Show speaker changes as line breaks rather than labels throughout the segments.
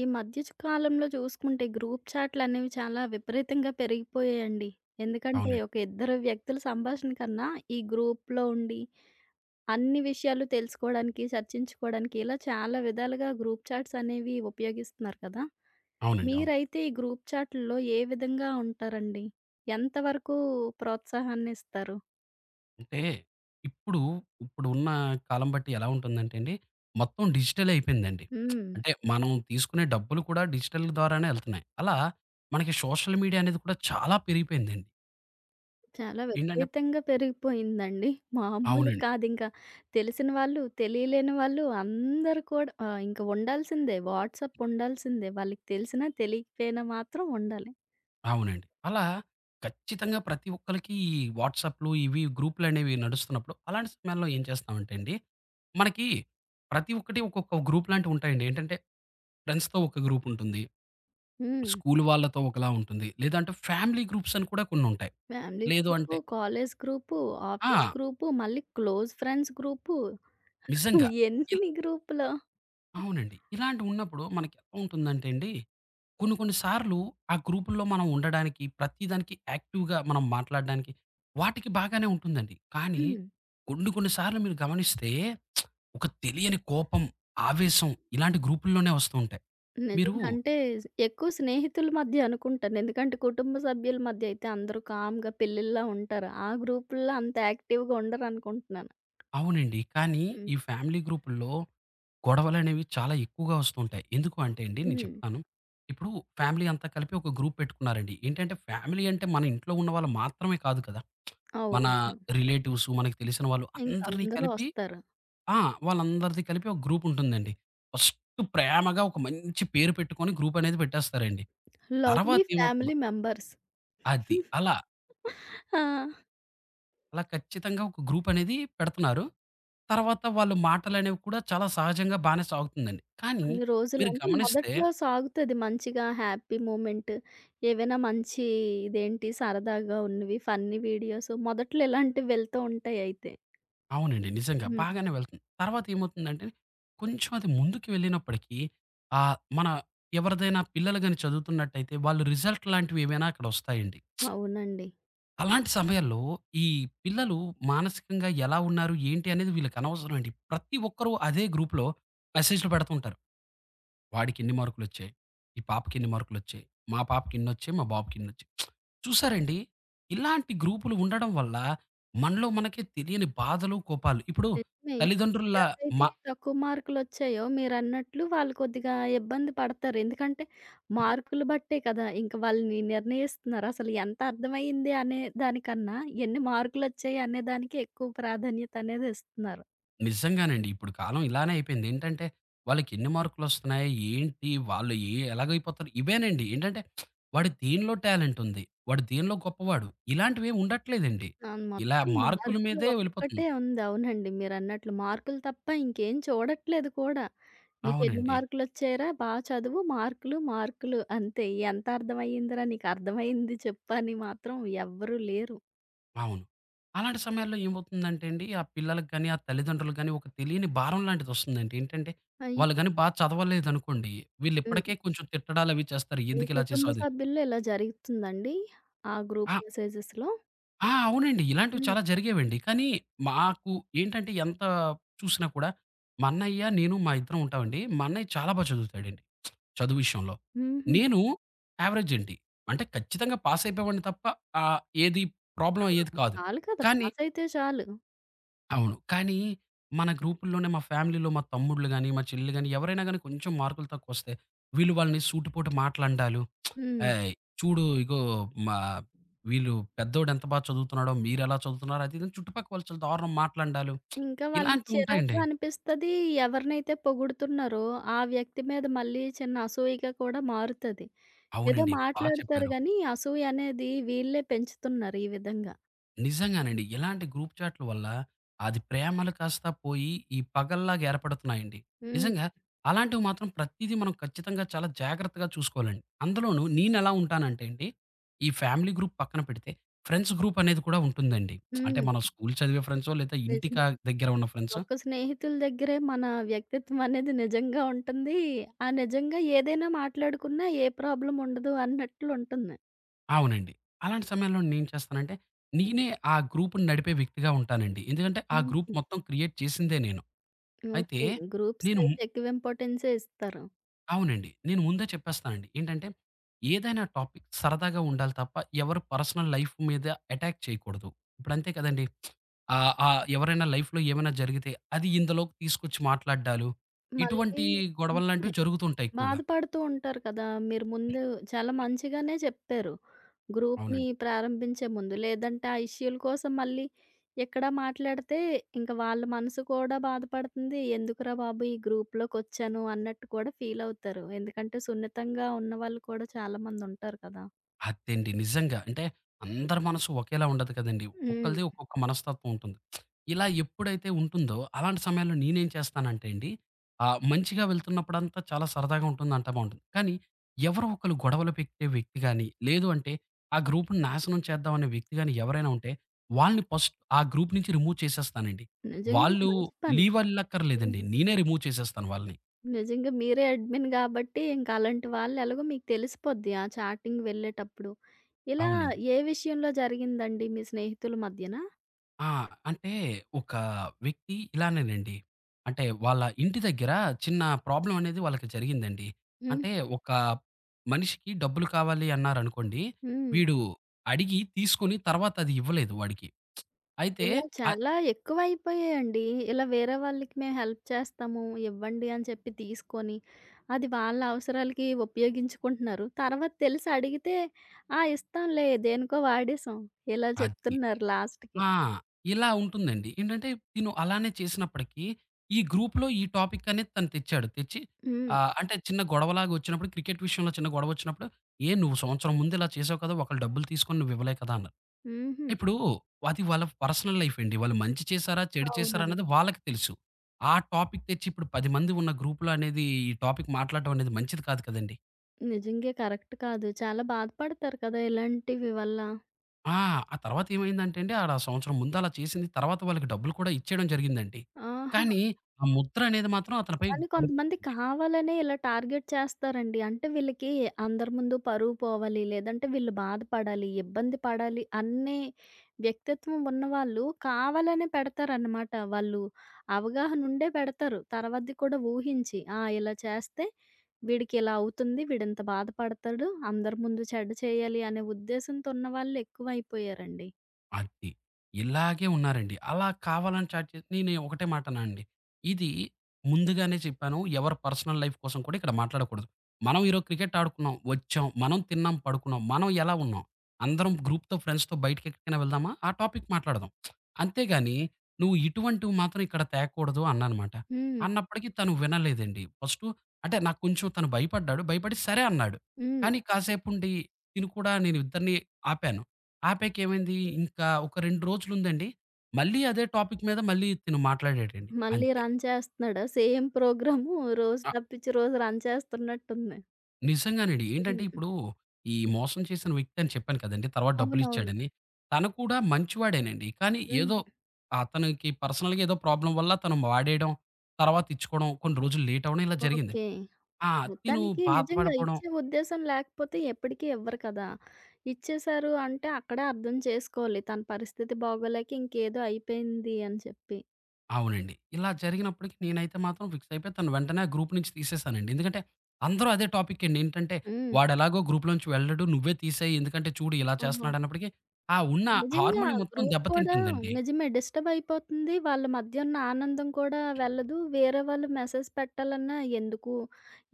ఈ మధ్య కాలంలో చూసుకుంటే గ్రూప్ చాట్లనేవి చాలా విపరీతంగా పెరిగిపోయాయండి. ఎందుకంటే
అవునండి.
ఒక ఇద్దరు వ్యక్తుల సంభాషణ కన్నా ఈ గ్రూప్‌లో ఉండి అన్ని విషయాలు తెలుసుకోవడానికి, చర్చించుకోవడానికి ఇలా చాలా విధాలుగా గ్రూప్ చాట్స్ అనేవి ఉపయోగిస్తున్నారు కదా!
అవునండి. అవును.
మీరైతే ఈ గ్రూప్ చాట్‌ల్లో ఏ విధంగా ఉంటారండి? ఎంతవరకు ప్రోత్సాహాన్నిస్తారు?
అంటే ఇప్పుడు, ఇప్పుడున్న కాలం బట్టి ఎలా ఉంటుందంటే అండి, మొత్తం డిజిటలే అయిపోయిందండి.
హ్మ్.
అంటే మనం తీసుకునే డబ్బులు కూడా డిజిటల్ ద్వారానే ఎళ్తున్నాయి. అలా మనకి సోషల్ మీడియా అనేది కూడా చాలా పెరిగిపోయిందండి.
చాలా
ఏంటంటే
విపరీతంగా పెరిగిపోయిందండి. మామూలు
అవునండి.
కాదింక. తెలిసిన వాళ్ళు, తెలియలేని వాళ్ళు అందరూ కూడా ఇంక ఉండాల్సిందే. వాట్సాప్ ఉండాల్సిందే. వాళ్ళకి తెలిసినా, తెలియకపోయినా మాత్రం ఉండాలి.
అవునండి. అలా ఖచ్చితంగా ప్రతి ఒక్కళ్ళకి ఈ వాట్సాప్‌లు, ఇవి గ్రూప్‌లనేవి నడుస్తున్నప్పుడు, అలాంటి సమయాల్లో ఏం చేస్తామంటే అండి, మనకి ప్రతి ఒక్కటి ఒక్కొక్క గ్రూప్ లాంటివుంటాయండి. ఏంటంటే ఫ్రెండ్స్‌తో ఒక గ్రూపుంటుంది.
హ్మ్.
స్కూల్ వాళ్ళతో ఒకలా ఉంటుంది. లేదంటే ఫ్యామిలీ గ్రూప్స్ అని కూడా కొన్నుంటాయి.
ఫ్యామిలీ
లేదు
గ్రూపు,
అంటే
కాలేజ్ గ్రూపు, ఆఫీస్
ఆ!
గ్రూపు, మళ్ళీ క్లోజ్ ఫ్రెండ్స్ గ్రూపు.
నిజంగా. ఇల్
ఎన్ని గ్రూపులో.
అవునండి. ఇలాంటివున్నప్పుడు మనకి ఎలా ఉంటుందంటే అండి, కొన్ని కొన్ని సార్లు ఆ గ్రూపుల్లో మనం ఉండడానికి, ప్రతిదానికి యాక్టివ్‌గా మనం మాట్లాడడానికి వాటికి బాగానే ఉంటుందండి. కానీ
హ్మ్.
కొన్ని కొన్ని సార్లు మీరు గమనిస్తే ఒక తెలియని కోపం, ఆవేశం ఇలాంటి గ్రూపుల్లోనే వస్తూ ఉంటాయి. మీరు
నిజంగా అంటే ఎక్కువ స్నేహితుల మధ్య అనుకుంటాను. ఎందుకంటే కుటుంబ సభ్యుల మధ్య అయితే అందరూ కామ్‌గా పిల్లల్లా ఉంటారు. ఆ గ్రూపుల్లో అంత యాక్టివ్‌గా ఉండరనుకుంటున్నాను.
అవునండి. కానీ
హ్మ్.
ఈ ఫ్యామిలీ గ్రూపుల్లో గొడవలనేవి చాలా ఎక్కువగా వస్తుంటాయి. ఎందుకు అంటే అండి నేను
హ్మ్.
చెప్తాను. ఇప్పుడు ఫ్యామిలీ అంతా కలిపి ఒక గ్రూప్ పెట్టుకున్నారండి. ఏంటంటే ఫ్యామిలీ అంటే మన ఇంట్లో ఉన్న వాళ్ళు మాత్రమే కాదు కదా! మన
అవునవును.
రిలేటివ్స్, మనకు తెలిసిన వాళ్ళు అందరిని
ఇంకందరూ
కలిపి
వస్తారు.
ఆ! వాళ్ళందరిది కలిపి ఒక గ్రూప్ ఉంటుందండి. ఫస్ట్ ప్రేమగా ఒక మంచి పేరు పెట్టుకొని గ్రూప్ అనేది పెట్టేస్తారండి. తర్వాత
లవ్లీ
ఏమవుతుందో
ఫ్యామిలీ మెంబర్స్.
అది. అలా,
ఆ!
అలా ఖచ్చితంగా ఒక గ్రూప్ అనేది పెడుతున్నారు. తర్వాత వాళ్ళు మాటలనేవి కూడా చాలా సహజంగా బానే సాగుతుందండి. కానీ
కొన్ని రోజులు
మీరు
అంటే
గమనిస్తే
మొదట్లో సాగుతది మంచిగా హ్యాపీ మూమెంట్. ఏవైనా మంచి ఇదేంటి సరదాగా ఉన్నవి ఫన్నీ వీడియోస్ మొదట్లో ఇలాంటివి వెళ్తూ ఉంటాయి అయితే.
అవునండి. నిజంగా.
హ్మ్.
బాగానే వెళ్తుంది. తర్వాత ఏమవుతుందంటే, కొంచెం అది ముందుకు వెళ్ళినప్పటికీ మన ఎవరిదైనా పిల్లలు గాని చదువుతున్నట్టయితే, వాళ్ళు రిజల్ట్ లాంటివి ఏమైనా అక్కడ వస్తాయండి.
అవునండి.
అలాంటి సమయాల్లో ఈ పిల్లలు మానసికంగా ఎలా ఉన్నారు? ఏంటి? అనేది వీళ్ళకి అనవసరం అండి. ప్రతి ఒక్కరు అదే గ్రూప్‌లో మెసేజ్‌లు పెడుతుంటారు. వాడికిన్ని మార్కులొచ్చాయి. ఈ పాపకిన్ని మార్కులొచ్చాయి. మా పాపకిన్నొచ్చాయి. మా బాబుకిన్నొచ్చాయి. చూసారండి? ఇలాంటి గ్రూపులు ఉండడం వల్ల మనలో మనకే తెలియని బాధలు, కోపాలు ఇప్పుడు
నిజమే.
తల్లిదండ్రుల
ఎవరైతే
మ
తక్కువ మార్కులొచ్చాయో మీరన్నట్లు వాళ్ళు కొద్దిగా ఇబ్బంది పడతారు. ఎందుకంటే మార్కులు బట్టే కదా! ఇంక వాళ్ళని నిర్ణయిస్తున్నారు. అసలు ఎంత అర్థమయ్యింది అనే దానికన్నా, ఎన్ని మార్కులొచ్చాయి అనే దానికి ఎక్కువ ప్రాధాన్యత అనేది ఇస్తున్నారు.
నిజంగానండి. ఇప్పుడు కాలం ఇలానే అయిపోయింది. ఏంటంటే వాళ్ళకెన్ని మార్కులొస్తున్నాయి? ఏంటి? వాళ్ళు ఏ ఎలాగైపోతారు? ఇవేనండి. ఏంటంటే వాడు దేనిలో టాలెంటుంది. వాడు దేనిలో గొప్పవాడు. ఇలాంటివేం ఉండట్లేదండి.
అవును.
ఇలా
మొత్తం
మార్కుల
మార్కులు
మీదే వెళ్ళిపోతుంది.
ఒక్కటే ఉంది. అవునండి. మీరన్నట్లు మార్కులు తప్ప ఇంకేం చూడట్లేదు కూడా. నీకెన్ని
అవునండి.
మార్కులొచ్చాయిరా? బా చదువు. మార్కులు, మార్కులు అంతే. ఎంత అర్థమయ్యిందిరా? నీకర్థమయింది చెప్పు అని మాత్రం ఎవ్వరూ లేరు.
అవును. అలాంటి సమయాల్లో ఏమవుతుందంటే అండి, ఆ పిల్లలకి గాని, ఆ తల్లిదండ్రులకు గాని ఒక తెలియని భారం లాంటిదొస్తుందండి. ఏంటంటే, వాళ్ళు
అయ్యో!
గాని బా చదవలేదనుకోండి,
హ్మ్.
వీళ్ళిప్పటికే కొంచెం తిట్టడాలవి చేస్తారు.
మీ
ఎందుకిలా
కుటుంబ
చేసావు అది
సభ్యుల్లో ఇలా జరుగుతుందండి? ఆ గ్రూప్
ఆ!
మెసేజెస్‌లో?
ఆ! అవునండి. ఇలాంటివి
హ్మ్.
చాలా జరిగేవండి. కానీ మాకు ఏంటంటే, ఎంత చూసినా కూడా మా అన్నయ్య, నేను మా ఇద్దరం ఉంటామండి. మా అన్నయ్య చాలా బా చదువుతాడండి చదువు విషయంలో.
హుహు.
నేను యావరేజ్ అండి. అంటే ఖచ్చితంగా పాసయిపోయేవాడిని తప్ప ఏది ప్రాబ్లమ్ అయ్యేది
ఆ!
కాదు.
చాలు కదా!
కానీ
పాసయితే చాలు.
అవును. కానీ మన గ్రూపుల్లోనే మా ఫ్యామిలీలో మా తమ్ముడ్లు గాని, మా చెల్లి గాని ఎవరైనా గాని కొంచెం మార్కులు తక్కువొస్తే వీళ్ళు వాళ్ళని సూటిపోటి మాటలండాలు.
హ్మ్.
"ఏయ్! చూడు ఇగో మా వీళ్ళు పెద్దోడు ఎంత బా చదువుతున్నాడో మీరెలా చదువుతున్నారో" అది ఇది అని చుట్టుపక్కల వాళ్ళు చాలా దారుణం మాటలండాలు.
ఇంకా వాళ్ళకి
ఇలాంటివుంటాయండి.
చిరాగ్గా అనిపిస్తది. ఎవరినైతే పొగుడుతున్నారో ఆ వ్యక్తి మీద మళ్ళీ చిన్న అసూయగా కూడా మారుతది. ఏదో
అవునండి. బా
మాట్లాడతారు
చెప్పారు.
గానీ అసూయ అనేది వీళ్ళే పెంచుతున్నారు ఈ విధంగా.
నిజంగానండి. ఇలాంటి గ్రూప్ చాట్ల వల్ల అది ప్రేమలు కాస్త పోయి ఈ పగల్లాగా ఏర్పడుతున్నాయండి.
హ్మ్.
నిజంగా అలాంటివి మాత్రం ప్రతీదీ మనం ఖచ్చితంగా చాలా జాగ్రత్తగా చూసుకోవాలండి. అందులోనూ నేనెలా ఉంటానంటే అండి, ఈ ఫ్యామిలీ గ్రూప్ పక్కన పెడితే ఫ్రెండ్స్ గ్రూప్ అనేది కూడా ఉంటుందండి. అంటే
హ్మ్.
మనం స్కూల్ చదివే ఫ్రెండ్సో లేదా ఇంటికా
నిజమే.
దగ్గర ఉన్న ఫ్రెండ్సో
ఒక్క స్నేహితుల దగ్గరే మన వ్యక్తిత్వం అనేది నిజంగా ఉంటుంది. నిజంగా ఏదైనా మాట్లాడుకున్నా ఏ ప్రాబ్లమ్ ఉండదు అన్నట్లు ఉంటుంది.
అవునండి. అలాంటి సమయంలో నేనేం చేస్తానంటే, నేనే ఆ గ్రూప్‌ని నడిపే వ్యక్తిగా ఉంటానండి. ఎందుకంటే ఆ గ్రూప్
హుహు.
మొత్తం క్రియేట్ చేసిందే నేను. అయితే
ఓకే.
నేను
గ్రూప్స్‌కైతే ఎక్కువ ఇంపార్టెన్సే ఇస్తారు.
అవునండి. నేను ముందే చెప్పేస్తానండి. ఏంటంటే, ఏదైనా టాపిక్ సరదాగా ఉండాలి తప్ప, ఎవరి పర్సనల్ లైఫ్ మీద అటాక్ చేయకూడదు. ఇప్పుడంతే కదండీ! ఆహ్, ఆహ్, ఎవరైనా లైఫ్‌లో ఏమైనా జరిగితే, అది ఇందులోకి తీసుకొచ్చి మాట్లాడ్డాలు,
మళ్ళీ
ఇటువంటి
నిజమే.
గొడవల్లాంటివి జరుగుతుంటాయి ఎక్కువగా.
బాధపడుతూ ఉంటారు కదా! మీరు ముందు చాలా మంచిగానే చెప్పారు. గ్రూప్‌ని
అవునండి.
ప్రారంభించే ముందు. లేదంటే ఆ ఇష్యూల కోసం మళ్ళీ ఇక్కడ మాట్లాడితే ఇంక వాళ్ళ మనసు కూడా బాధపడుతుంది. ఎందుకురా బాబు ఈ గ్రూప్‌లోకొచ్చాను అన్నట్టు కూడా ఫీల్ అవుతారు. ఎందుకంటే సున్నితంగా ఉన్నవాళ్ళు కూడా చాలామందుంటారు కదా!
అదేండి. నిజంగా. అంటే అందరి మనసు ఒకేలా ఉండదు కదండీ.
హ్మ్.
ఒక్కొక్కళ్ళది ఒక్కొక్క మనస్తత్వం ఉంటుంది. ఇలా ఎప్పుడైతే ఉంటుందో అలాంటి సమయాల్లో నేనేం చేస్తానంటే అండి మంచిగా వెళ్తున్నప్పుడంతా చాలా సరదాగా ఉంటుంది. అంతా బావుంటుంది. కానీ ఎవరో ఒకళ్ళు గొడవలు పెట్టే వ్యక్తి గాని, లేదు అంటే ఆ గ్రూప్‌ని నాశనం చేద్దాం అనే వ్యక్తి గాని ఎవరైనా ఉంటే వాళ్ళని ఫస్ట్ ఆ గ్రూప్ నుంచి రిమూవ్ చేసేస్తానండి.
నిజంగా
వాళ్ళు
మంచి పని.
లీవ్ అల్లక్కర్లేదండి.
హ్మ్.
నేనే రిమూవ్ చేసేస్తాను వాళ్ళని.
నిజంగా మీరే అడ్మిన్ గాబట్టి, ఇంక అలాంటి వాళ్ళు ఎలాగో మీకు తెలిసిపోద్ది ఆ చాటింగ్ వెళ్ళేటప్పుడు. ఇలా
అవునండి.
ఏ విషయంలో జరిగిందండి మీ స్నేహితుల మధ్యన?
ఆ! అంటే ఒక వ్యక్తి ఇలానేనండి. అంటే వాళ్ళ ఇంటి దగ్గర చిన్న ప్రాబ్లమ్ అనేది వాళ్ళకి జరిగిందండి.
హ్మ్.
అంటే ఒక మనిషికి డబ్బులు కావాలి అన్నారనుకోండి.
హ్మ్.
వీడు అడిగి తీసుకొని తర్వాత అది ఇవ్వలేదు వాడికి. అయితే
ఇలా
అ
చాలా ఎక్కువైపోయాయండి. ఇలా వేరే వాళ్ళకి మేము హెల్ప్ చేస్తాము, ఇవ్వండి అని చెప్పి తీసుకొని, అది వాళ్ళ అవసరాలకి ఉపయోగించుకుంటున్నారు. తర్వాత తెలిసి అడిగితే, "ఆ! ఇస్తాంలే దేనికో వాడేసాం" ఇలా
అది
చెప్తున్నారు లాస్ట్‌కి.
ఆ! ఇలా ఉంటుందండి. ఏంటంటే తిను అలానే చేసినప్పటికీ ఈ గ్రూప్‌లో ఈ టాపిక్ అనేది తను తెచ్చాడు. తెచ్చి
హ్మ్.
అంటే చిన్న గొడవలాగా వచ్చినప్పుడు క్రికెట్ విషయంలో చిన్న గొడవ వచ్చినప్పుడు, "ఏ నువ్వు సంవత్సరం ముందు ఇలా చేసావు కదా! ఒకళ్ళు డబ్బులు తీసుకొని నువ్వు ఇవ్వలే కదా!" అన్నారు.
హుహు.
ఇప్పుడు అది వాళ్ళ పర్సనల్ లైఫ్ అండి. వాళ్ళు మంచి చేశారా? చెడు
అవును.
చేశారా? అన్నది వాళ్ళకి తెలుసు. ఆ టాపిక్ తెచ్చి ఇప్పుడు 10 మంది ఉన్న గ్రూప్‌లో అనేది ఈ టాపిక్ మాట్లాడటం అనేది మంచిది కాదు కదండీ!
నిజంగే కరెక్ట్ కాదు. చాలా బాధపడతారు కదా! ఇలాంటివి వల్ల.
ఆ! ఆ తర్వాత ఏమైందంటే అండి, ఆడ సంవత్సరం ముందు అలా చేసింది. తర్వాత వాళ్ళకి డబ్బులు కూడా ఇచ్చేయడం జరిగిందండి.
ఆహా!
కానీ, ఆ ముద్ర అనేది మాత్రం అతనిపై
కానీ
పడిపోయింది.
కొంతమంది కావాలనే ఇలా టార్గెట్ చేస్తారండి. అంటే వీళ్ళకి అందరి ముందు పరువు పోవాలి, లేదంటే వీళ్ళు బాధపడాలి, ఇబ్బంది పడాలి అనే వ్యక్తిత్వం ఉన్నవాళ్ళు కావాలనే పెడతారనమాట. వాళ్ళు అవగాహన ఉండే పెడతారు. తర్వాతది కూడా ఊహించి, ఆ! ఇలా చేస్తే వీడికి ఇలా అవుతుంది, వీడింత బాధపడతాడు, అందరి ముందు చెడ్డ చేయాలి అనే ఉద్దేశంతో ఉన్నవాళ్ళు ఎక్కువైపోయారండి.
అది. ఇలాగే ఉన్నారండి. అలా కావాలని చాట్ చేసి నేను ఒకటే మాటనా అండి. ఇది ముందుగానే చెప్పాను. ఎవరి పర్సనల్ లైఫ్ కోసం కూడా ఇక్కడ మాట్లాడకూడదు. మనం ఈరోజు క్రికెట్ ఆడుకున్నాం, వచ్చాం. మనం తిన్నాం, పడుకున్నాం. మనం ఎలా ఉన్నాం? అందరం గ్రూప్‌తో, ఫ్రెండ్స్‌తో బయటకి ఎక్కడికైనా వెళ్దామా? ఆ టాపిక్ మాట్లాడదాం. అంతేగాని నువ్వు ఇటువంటివి మాత్రం ఇక్కడ తేకూడదు అన్నానమాట.
హ్మ్.
అన్నప్పటికి తను వినలేదండి. ఫస్టు అంటే నాకు కొంచెం తను భయపడ్డాడు. భయపడి సరే అన్నాడు.
హ్మ్.
కానీ కాసేపుండి తిను కూడా నేను ఇద్దరిని ఆపాను. ఆపాకేమైంది, ఇంకా ఒక 2 రోజులుందండి. మళ్ళీ అదే టాపిక్ మీద మళ్ళీ తిను మాట్లాడాడండి.
మళ్ళీ
అంతే.
రన్ చేస్తున్నాడా? సేమ్ ప్రోగ్రాము రోజు
ఆ!
తప్పించి రోజు రన్ చేస్తున్నట్టుంది.
నిజంగానండి. ఏంటంటే
హ్మ్.
ఇప్పుడు ఈ మోసం చేసిన వ్యక్తి అని చెప్పాను కదండీ! తర్వాత
అవునవును.
డబ్బులిచ్చాడని. తను కూడా మంచివాడేనండి. కానీ ఏదో
హ్మ్.
అతనికి పర్సనల్‌గా ఏదో ప్రాబ్లమ్ వల్ల తను వాడేయడం, తర్వాత ఇచ్చుకోవడం, కొన్ని రోజులు లేట్ అవ్వడం ఇలా జరిగింది.
ఓకే.
ఆ! తిను
మొత్తానికి నిజంగా
బాధపడిపోవడం
ఇచ్చే ఉద్దేశం లేకపోతే ఎప్పటికీ ఇవ్వరు కదా! ఇచ్చేశారు అంటే అక్కడే అర్థం చేసుకోవాలి. తన పరిస్థితి బాగోలేక ఇంకేదో అయిపోయింది అని చెప్పి.
అవునండి. ఇలా జరిగినప్పటికి నేనైతే మాత్రం ఫిక్స్ అయిపోయి తను వెంటనే ఆ గ్రూప్ నుంచి తీసేశానండి. ఎందుకంటే అందరూ అదే టాపిక్ అండి. ఏంటంటే
హ్మ్.
వాడెలాగో గ్రూప్‌లోంచి వెళ్ళడు. నువ్వే తీసేయి. ఎందుకంటే చూడు ఇలా
ఆ!
చేస్తున్నాడు అన్నప్పటికి ఆ ఉన్న
నిజంగా.
హార్మనీ మొత్తం
గ్రూప్ కూడా
దెబ్బతింటుందండి.
నిజమే డిస్టర్బ్ అయిపోతుంది. వాళ్ళ మధ్య ఉన్న ఆనందం కూడా వెళ్ళదు. వేరే వాళ్ళు మెసేజ్ పెట్టాలన్నా ఎందుకు?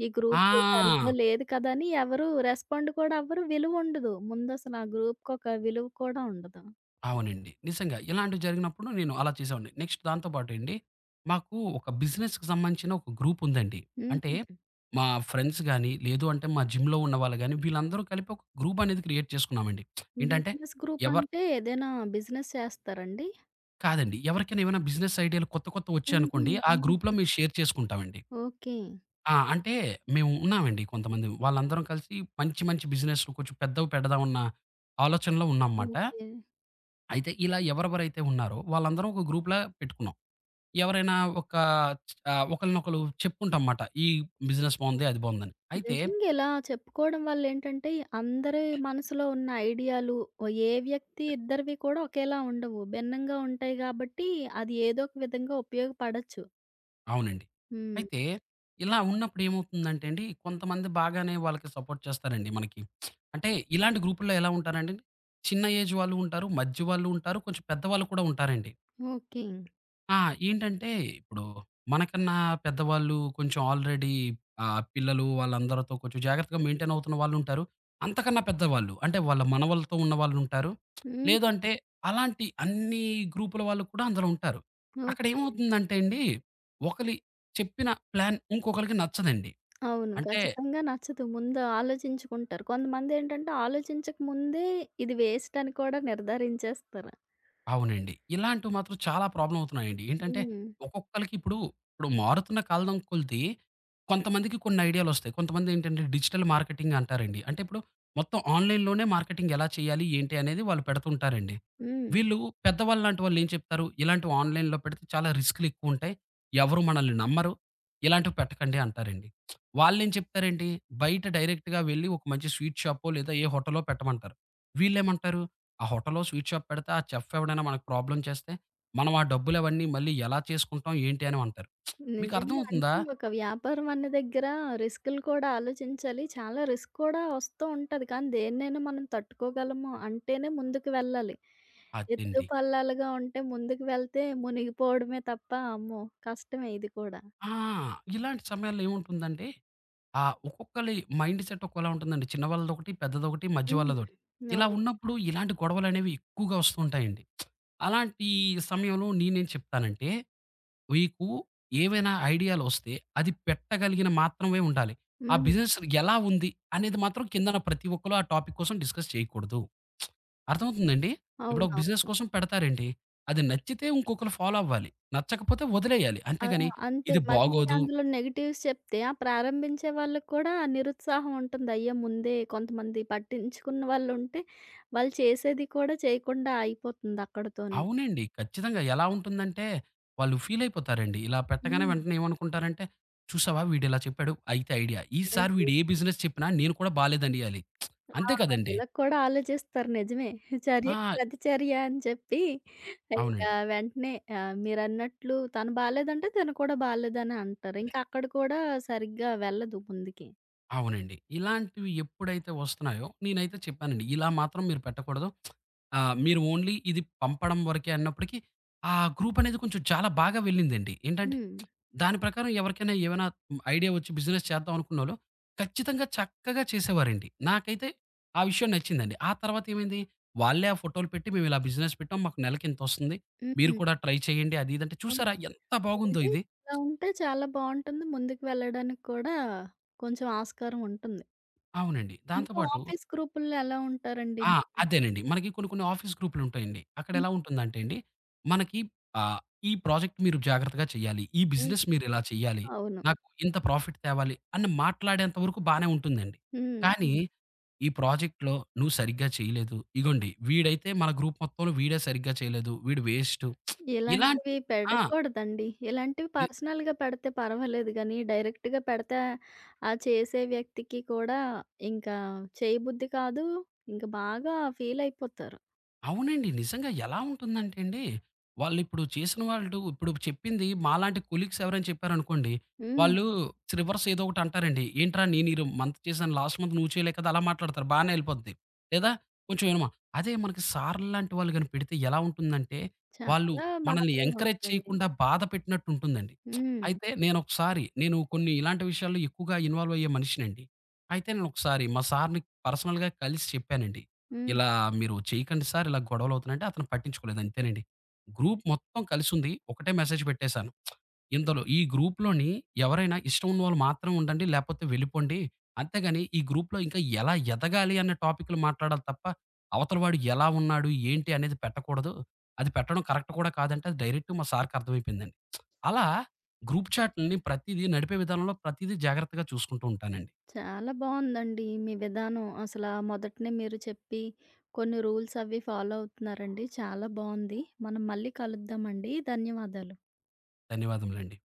ఈ గ్రూప్
ఆ!
సరిగ్గా లేదు కదా! అని ఎవరు రెస్పాండ్ కూడా అవ్వరు. విలువుండదు. ముందసలు ఆ గ్రూప్‌కొక విలువ కూడా ఉండదు.
అవునండి. నిజంగా ఇలాంటివి జరిగినప్పుడు నేను అలా చేసేవాడిని. నెక్స్ట్ దాంతో పాటు అండి మాకు ఒక బిజినెస్‌కి సంబంధించిన ఒక గ్రూప్ ఉందండి. అంటే
హుహు.
మా ఫ్రెండ్స్ గాని, లేదు అంటే మా జిమ్‌లో ఉన్నవాళ్ళు గాని వీళ్ళందరూ కలిపి ఒక గ్రూప్ అనేది క్రియేట్ చేసుకున్నామండి. ఏంటంటే
బిజినెస్ గ్రూప్
ఎవరు
అంటే ఏదైనా బిజినెస్ చేస్తారండి?
కాదండి. ఎవరికైనా ఏమైనా బిజినెస్ ఐడియాలు కొత్త
హుహు.
కొత్తవొచ్చాయనుకోండి, ఆ గ్రూప్‌లో
హ్మ్.
మేము షేర్ చేసుకుంటామండి.
ఓకే.
ఆ! అంటే మేము ఉన్నామండి కొంతమంది. వాళ్ళందరం కలిసి మంచి మంచి బిజినెస్‌లు కొంచెం పెద్దవి పెడదామన్న ఆలోచనలో ఉన్నాంమాట.
ఓకే.
అయితే ఇలా ఎవరెవరైతే ఉన్నారో వాళ్ళందరం ఒక గ్రూప్‌లా పెట్టుకున్నాం. ఎవరైనా ఒక ఒకళ్ళనొకళ్ళు చెప్పుకుంటాం మాట. ఈ బిజినెస్ బావుంది, అది బావుందని.
నిజంగా ఇలా చెప్పుకోవడం వల్ల ఏంటంటే, అందరి మనసులో ఉన్న ఐడియాలు ఏ వ్యక్తి ఇద్దరివి కూడా ఒకేలా ఉండవు. భిన్నంగా ఉంటాయి గాబట్టి, అది ఏదో ఒక విధంగా ఉపయోగపడొచ్చు.
అవునండి.
హ్మ్.
అయితే ఇలా ఉన్నప్పుడు ఏమవుతుందంటే అండి, కొంతమంది బాగానే వాళ్ళకి సపోర్ట్ చేస్తారండి మనకి. అంటే ఇలాంటి గ్రూపుల్లో ఎలా ఉంటారంటే, చిన్న ఏజ్ వాళ్ళు ఉంటారు, మధ్య వాళ్ళు ఉంటారు, కొంచెం పెద్దవాళ్ళు కూడా ఉంటారండి.
ఓకే.
ఆ! ఏంటంటే, ఇప్పుడు మనకన్నా పెద్దవాళ్ళు కొంచెం ఆల్రెడీ పిల్లలు వాళ్ళందరితో కొంచెం జాగ్రత్తగా మెయింటైన్ అవుతున్న వాళ్ళుంటారు. అంతకన్నా పెద్దవాళ్ళు అంటే, వాళ్ళ మనవలతో ఉన్నవాళ్ళుంటారు. లేదు
హ్మ్.
అంటే, అలాంటి అన్ని గ్రూపుల వాళ్ళు కూడా అందులో ఉంటారు. అక్కడ
ఓకే.
ఏమవుతుందంటే అండి, ఒకలి చెప్పిన ప్లాన్ ఇంకొకలికి నచ్చదండి.
అవును.
అంటే
ఖచ్చితంగా నచ్చదు. ముందు ఆలోచించుకుంటారు. కొంతమందేంటంటే, ఆలోచించక ముందే ఇది వేస్ట్ అని కూడా నిర్ధారించేస్తారు.
అవునండి. ఇలాంటివి మాత్రం చాలా ప్రాబ్లమ్ అవుతున్నాయండి. ఏంటంటే
హ్మ్.
ఒక్కొక్కళ్ళకి ఇప్పుడు మారుతున్న కాలం కొలిది కొంతమందికి కొన్ని ఐడియాలొస్తాయి. కొంతమందేంటంటే డిజిటల్ మార్కెటింగ్ అంటారండి. అంటే ఇప్పుడు మొత్తం ఆన్‌లైన్‌లోనే మార్కెటింగ్ ఎలా చేయాలి? ఏంటి? అనేది వాళ్ళు పెడుతుంటారండి.
హ్మ్.
వీళ్ళు పెద్దవాళ్ళలాంటి వాళ్ళేం చెప్తారు? ఇలాంటివి ఆన్‌లైన్‌లో పెడితే చాలా రిస్కులెక్కువుంటాయి. ఎవరు మనల్ని నమ్మరు. ఇలాంటివి పెట్టకండి అంటారండి. వాళ్ళేం చెప్తారేంటి? బయట డైరెక్ట్‌గా వెళ్లి ఒక మంచి స్వీట్ షాపో లేదా ఏ హోటల్లో పెట్టమంటారు. వీళ్ళేమంటారు? ఆ హోటల్‌లో స్వీట్ షాప్ పెడితే ఆ చెఫ్ ఎవడైనా మనకు ప్రాబ్లమ్ చేస్తే, మనం ఆ డబ్బులవన్నీ మళ్ళీ ఎలా చేసుకుంటాం ఏంటి అని అంటారు. మీకు
నిజంగా.
అర్థమవుతుందా?
అంటే ఒక వ్యాపారం అన్న దగ్గర రిస్కులు కూడా ఆలోచించాలి. చాలా రిస్క్ కూడా వస్తూ ఉంటది. కానీ దేన్నైనా మనం తట్టుకోగలము అంటేనే ముందుకు వెళ్ళాలి. ఎత్తు
అదండి.
పల్లాలుగా ఉంటే ముందుకు వెళ్తే మునిగిపోవడమే తప్ప అమ్మో! కష్టమే ఇది కూడా.
ఆ! ఇలాంటి సమయాల్లో ఏముంటుందంటే ఒక్కొక్కలి మైండ్ సెట్ ఒక్కోలా ఉంటుందండి. చిన్న వాళ్ళదొకటి, పెద్దదొకటి, మధ్య
హ్మ్.
వాళ్ళదొకటి. ఇలా
అవును.
ఉన్నప్పుడు ఇలాంటి గొడవలనేవి ఎక్కువగా వస్తూ ఉంటాయండి. అలాంటి సమయంలో నేనేం చెప్తానంటే మీకు ఏవైనా ఐడియాలొస్తే అది పెట్టగలిగిన మాత్రమే ఉండాలి. ఆ
హ్మ్.
బిజినెస్ ఎలా ఉంది అనేది మాత్రం కిందన ప్రతి ఒక్కళ్ళు ఆ టాపిక్ కోసం డిస్కస్ చేయకూడదు. అర్థమవుతుందండి? ఇప్పుడొక బిజినెస్
అవునవును.
కోసం పెడతారండి. అది నచ్చితే ఇంకొకళ్ళు ఫాలో అవ్వాలి. నచ్చకపోతే వదిలేయాలి.
ఆ!
అంతేగాని
అంతే.
ఇది
మళ్ళీ
బాగోదు
అందులో నెగెటివ్స్ చెప్తే ఆ ప్రారంభించే వాళ్ళకి కూడా నిరుత్సాహం ఉంటుంది. అయ్యో! ముందే కొంతమంది పట్టించుకున్న వాళ్ళుంటే వాళ్ళు చేసేది కూడా చేయకుండా ఆగిపోతుంది అక్కడితోనే.
అవునండి. ఖచ్చితంగా ఎలా ఉంటుందంటే వాళ్ళు ఫీల్ అయిపోతారండి. ఇలా పెట్టగానే
హ్మ్.
వెంటనే ఏమనుకుంటారంటే, చూసావా వీడిలా చెప్పాడు. అయితే ఐడియా. ఈసారి
నిజంగా.
వీడు ఏ బిజినెస్ చెప్పినా నేను కూడా బాలేదనియాలి.
ఆ!
అంతే కదండీ!
ఇలా కూడా ఆలోచిస్తారు నిజమే. చర్యకి
ఆ!
ప్రతిచర్య అని చెప్పి ఇంకా
అవునండి.
వెంటనే మీరన్నట్లు తను బాలేదంటే తను కూడా బాలేదనే అంటారు. ఇంకా అక్కడ కూడా సరిగ్గా వెళ్ళదు ముందుకి.
అవునండి. ఇలాంటివి ఎప్పుడైతే వస్తున్నాయో నేనైతే చెప్పానండి. ఇలా మాత్రం మీరు పెట్టకూడదు. మీరు ఓన్లీ ఇది పంపడం వరకే అన్నప్పటికి ఆ గ్రూప్ అనేది కొంచెం చాలా బాగా వెళ్ళిందండి. ఏంటంటే
హ్మ్.
దాని ప్రకారం ఎవరికైనా ఏమైనా ఐడియా వచ్చి బిజినెస్ చేద్దాం అనుకున్నోళ్ళు ఖచ్చితంగా చక్కగా చేసేవారండి. నాకైతే ఆ విషయం నచ్చిందండి. ఆ తర్వాత ఏమైంది వాళ్ళే ఆ ఫోటోలు పెట్టి మేము ఇలా బిజినెస్ పెట్టాం. మాకు నెలకి ఇంతొస్తుంది. మీరు
హ్మ్.
కూడా ట్రై చేయండి అది ఇది అంటే
ఓకే.
చూసారా ఎంత బాగుందో
నిజంగా
ఇది.
ఇలా ఉంటే చాలా బావుంటుంది. ముందుకు వెళ్ళడానికి కూడా కొంచెం ఆస్కారం ఉంటుంది.
అవునండి. దాంతో
ఇంకా
పాటు
ఆఫీస్ గ్రూపుల్లో ఎలా ఉంటారండి?
ఆ! అదేనండి. మనకి కొన్ని కొన్ని ఆఫీస్ గ్రూప్‌లుంటాయండి.
హ్మ్.
అక్కడెలా ఉంటుందంటే అండి, మనకి ఆహ్, ఈ ప్రాజెక్ట్ మీరు జాగ్రత్తగా చేయాలి. ఈ
హ్మ్.
బిజినెస్ మీరిలా చేయాలి.
అవును.
నాకు ఇంత ప్రాఫిట్ తేవాలి అని మాట్లాడేంత వరకు బానే ఉంటుందండి.
హ్మ్.
కానీ, అవును. ఈ ప్రాజెక్ట్‌లో నువ్వు సరిగ్గా చేయలేదు. ఇగోండి వీడైతే మన గ్రూప్ మొత్తంలో వీడే సరిగ్గా చేయలేదు. వీడు వేస్టు. ఇలాంటి
ఇలాంటివి
ఆ!
పెట్టకూడదండి. ఇలాంటివి
వి
పర్సనల్‌గా పెడితే పర్వాలేదు గానీ, డైరెక్ట్‌గా పెడితే ఆ చేసే వ్యక్తికి కూడా ఇంకా చేయబుద్ధి కాదు. ఇంక బాగా ఫీల్ అయిపోతారు.
అవునండి. నిజంగా ఎలా ఉంటుందంటే అండి, వాళ్ళిప్పుడు చేసిన వాళ్ళు ఇప్పుడు చెప్పింది మాలాంటి కొలీగ్స్ ఎవరైనా చెప్పారనుకోండి,
హ్మ్.
వాళ్ళు రివర్స్ ఏదో ఒకటి అంటారండి. ఏంట్రా నేను ఈరోజు మంత్ చేశాను, లాస్ట్ మంత్ నువ్వు చేయలే కదా! అలా మాట్లాడతారు. బానే ఎళ్ళిపోద్ది. లేదా కొంచెం ఇనమ అదే మనకి సార్‌లాంటి వాళ్ళు గాని పెడితే ఎలా ఉంటుందంటే, వాళ్ళు
చాలా
మనల్ని
బాధగా
ఎంకరేజ్
ఉంటుంది.
చేయకుండా బాధ పెట్టినట్టు ఉంటుందండి.
హ్మ్.
అయితే నేనొకసారి నేను కొన్ని ఇలాంటి విషయాల్లో ఎక్కువగా ఇన్వాల్వ్ అయ్యే మనిషినండి. అయితే నేనొకసారి మా సార్‌ని పర్సనల్‌గా కలిసి చెప్పానండి.
హ్మ్.
ఇలా మీరు చేయకండి సార్ ఇలా గొడవలవుతున్నాయంటే అతను పట్టించుకోలేదు అంతేనండి. గ్రూప్ మొత్తం కలిసుంది. ఒకటే మెసేజ్ పెట్టేశాను. ఇంతలో ఈ గ్రూప్‌లోని ఎవరైనా ఇష్టం ఉన్నవాళ్ళు మాత్రమే ఉండండి. లేపోతే వెళ్ళిపోండి. అంతేగాని ఈ గ్రూప్‌లో ఇంకా ఎలా ఎదగాలి అనే టాపిక్‌లు మాట్లాడాలి తప్ప, అవతల వాడు ఎలా ఉన్నాడు? ఏంటి? అనేది పెట్టకూడదు. అది పెట్టడం కరెక్ట్ కూడా కాదంటే అది డైరెక్ట్ మా సార్‌కి అర్థమైపోయిందండి. అలా గ్రూప్ చాట్‌లని ప్రతీదీ నడిపే విధానంలో ప్రతీదీ జాగ్రత్తగా చూసుకుంటూ ఉంటానండి.
చాలా బావుందండి మీ విధానం. అసలా మొదటనే మీరు చెప్పి కొన్ని రూల్స్ అవి ఫాలో అవుతున్నారండి. చాలా బావుంది. మనం మళ్ళీ కలుద్దామండి. ధన్యవాదాలు.
ధన్యవాదములండి.